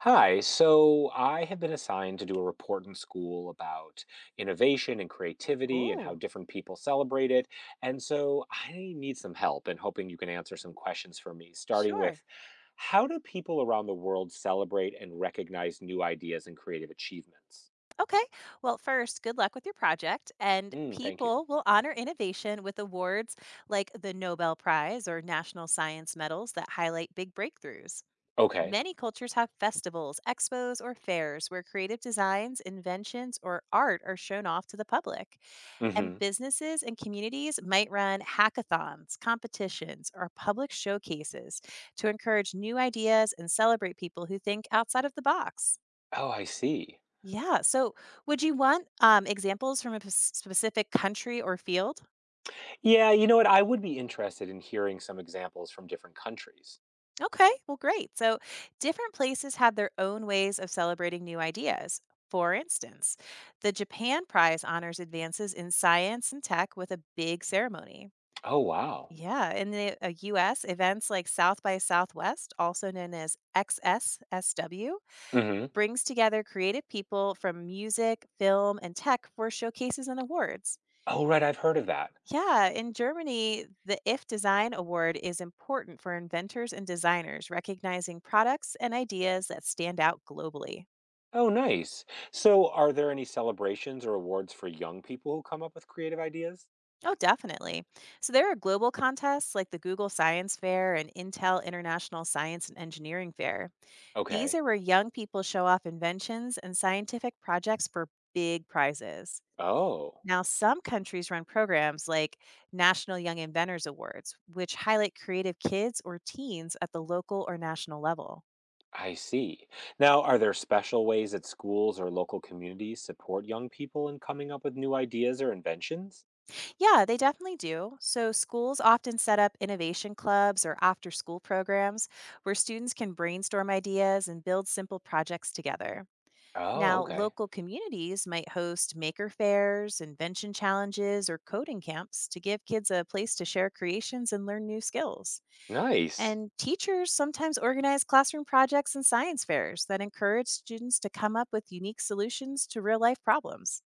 Hi, so I have been assigned to do a report in school about innovation and creativity and how Oh, different people celebrate it. And so I need some help and hoping you can answer some questions for me, starting sure. with how do people around the world celebrate and recognize new ideas and creative achievements? Okay. Well, first, good luck with your project. And Mm, thank you. people will honor innovation with awards like the Nobel Prize or National Science Medals that highlight big breakthroughs. Okay. Many cultures have festivals, expos, or fairs where creative designs, inventions, or art are shown off to the public. And Hmm. businesses and communities might run hackathons, competitions, or public showcases to encourage new ideas and celebrate people who think outside of the box. Oh, I see. Yeah. So, would you want examples from a specific country or field? Yeah, you know what? I would be interested in hearing some examples from different countries. Okay. Well, great. So, different places have their own ways of celebrating new ideas. For instance, the Japan Prize honors advances in science and tech with a big ceremony. Oh, wow. Yeah. In the US, events like South by Southwest, also known as XSSW, Hmm. brings together creative people from music, film, and tech for showcases and awards. Oh, right. I've heard of that. Yeah, in Germany, the IF Design Award is important for inventors and designers, recognizing products and ideas that stand out globally. Oh, nice. So, are there any celebrations or awards for young people who come up with creative ideas? Oh, definitely. So there are global contests like the Google Science Fair and Intel International Science and Engineering Fair. These Okay. are where young people show off inventions and scientific projects for big prizes. Oh, Now, some countries run programs like National Young Inventors Awards, which highlight creative kids or teens at the local or national level. I see. Now, are there special ways that schools or local communities support young people in coming up with new ideas or inventions? Yeah, they definitely do. So, schools often set up innovation clubs or after school programs where students can brainstorm ideas and build simple projects together. Oh, Now, okay. local communities might host maker fairs, invention challenges, or coding camps to give kids a place to share creations and learn new skills. Nice. And teachers sometimes organize classroom projects and science fairs that encourage students to come up with unique solutions to real life problems.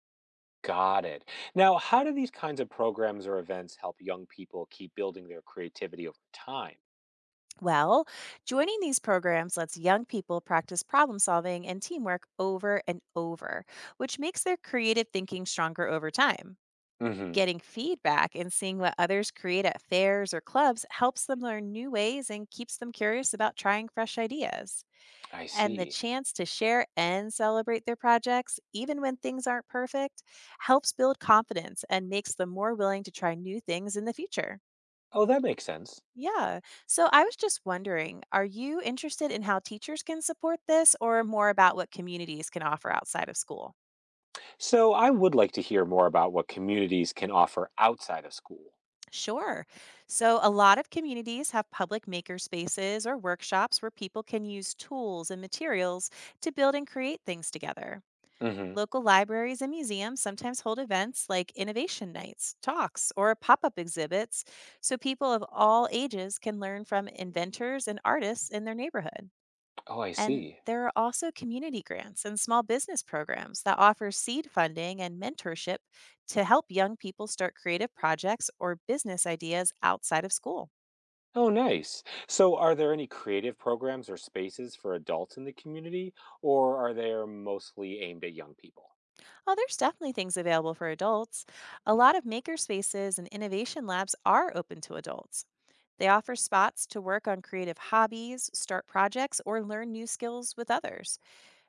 Got it. Now, how do these kinds of programs or events help young people keep building their creativity over time? Well, joining these programs lets young people practice problem solving and teamwork over and over, which makes their creative thinking stronger over time. Mm hmm. Getting feedback and seeing what others create at fairs or clubs helps them learn new ways and keeps them curious about trying fresh ideas. I And the see. chance to share and celebrate their projects, even when things aren't perfect, helps build confidence and makes them more willing to try new things in the future. Oh, that makes sense. Yeah. So I was just wondering, are you interested in how teachers can support this or more about what communities can offer outside of school? So I would like to hear more about what communities can offer outside of school. Sure. So a lot of communities have public maker spaces or workshops where people can use tools and materials to build and create things together. Hmm. Local libraries and museums sometimes hold events like innovation nights, talks, or pop up exhibits so people of all ages can learn from inventors and artists in their neighborhood. Oh, I And see. there are also community grants and small business programs that offer seed funding and mentorship to help young people start creative projects or business ideas outside of school. Oh, nice. So are there any creative programs or spaces for adults in the community, or are they mostly aimed at young people? Oh, there's definitely things available for adults. A lot of maker spaces and innovation labs are open to adults. They offer spots to work on creative hobbies, start projects, or learn new skills with others.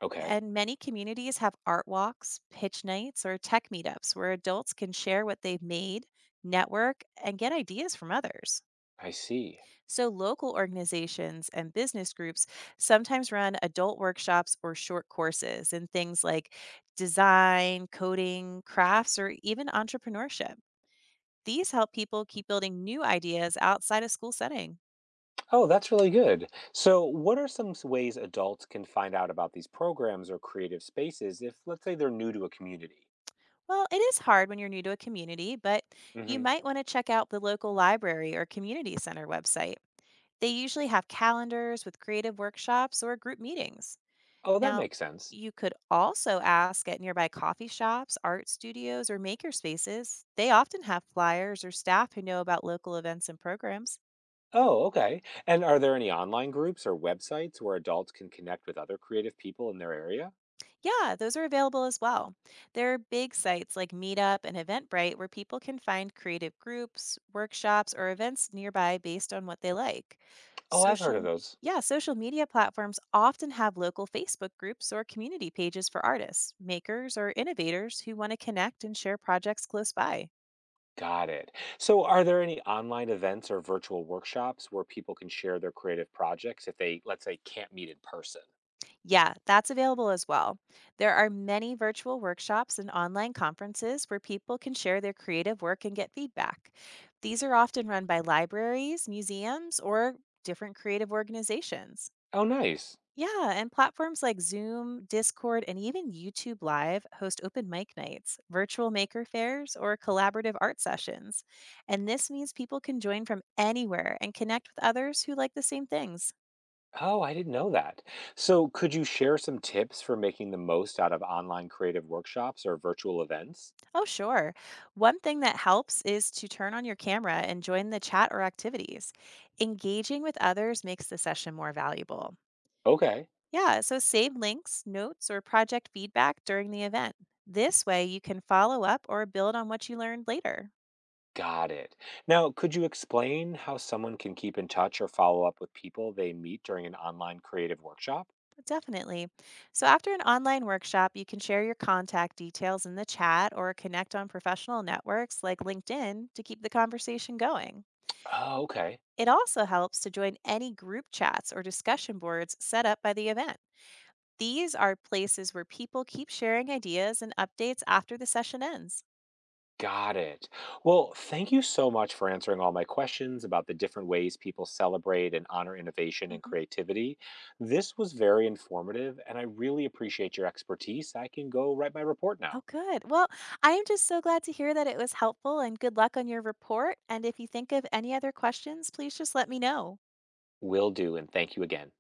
Okay, And many communities have art walks, pitch nights, or tech meetups where adults can share what they've made, network, and get ideas from others. I see. So, local organizations and business groups sometimes run adult workshops or short courses in things like design, coding, crafts, or even entrepreneurship. These help people keep building new ideas outside a school setting. Oh, that's really good. So, what are some ways adults can find out about these programs or creative spaces if, let's say, they're new to a community? Well, it is hard when you're new to a community, but you Hmm. might want to check out the local library or community center website. They usually have calendars with creative workshops or group meetings. Oh, that Now, makes sense. you could also ask at nearby coffee shops, art studios, or maker spaces. They often have flyers or staff who know about local events and programs. Oh, okay. And are there any online groups or websites where adults can connect with other creative people in their area? Yeah, those are available as well. There are big sites like Meetup and Eventbrite where people can find creative groups, workshops, or events nearby based on what they like. Oh, I've heard of Social those. yeah, social media platforms often have local Facebook groups or community pages for artists, makers, or innovators who want to connect and share projects close by. Got it. So, are there any online events or virtual workshops where people can share their creative projects if they, let's say, can't meet in person? Yeah, that's available as well. There are many virtual workshops and online conferences where people can share their creative work and get feedback. These are often run by libraries, museums, or different creative organizations. Oh, nice. Yeah, and platforms like Zoom, Discord, and even YouTube Live host open mic nights, virtual maker fairs, or collaborative art sessions. And this means people can join from anywhere and connect with others who like the same things. Oh, I didn't know that. So, could you share some tips for making the most out of online creative workshops or virtual events? Oh, sure. One thing that helps is to turn on your camera and join the chat or activities. Engaging with others makes the session more valuable. Okay. Yeah, so save links, notes, or project feedback during the event. This way, you can follow up or build on what you learned later. Got it. Now, could you explain how someone can keep in touch or follow up with people they meet during an online creative workshop? Definitely. So, after an online workshop, you can share your contact details in the chat or connect on professional networks like LinkedIn to keep the conversation going. Oh, okay. It also helps to join any group chats or discussion boards set up by the event. These are places where people keep sharing ideas and updates after the session ends. Got it. Well, thank you so much for answering all my questions about the different ways people celebrate and honor innovation and Hmm. creativity. This was very informative, and I really appreciate your expertise. I can go write my report now. Oh, good. Well, I am just so glad to hear that it was helpful and good luck on your report. And if you think of any other questions, please just let me know. Will do, and thank you again.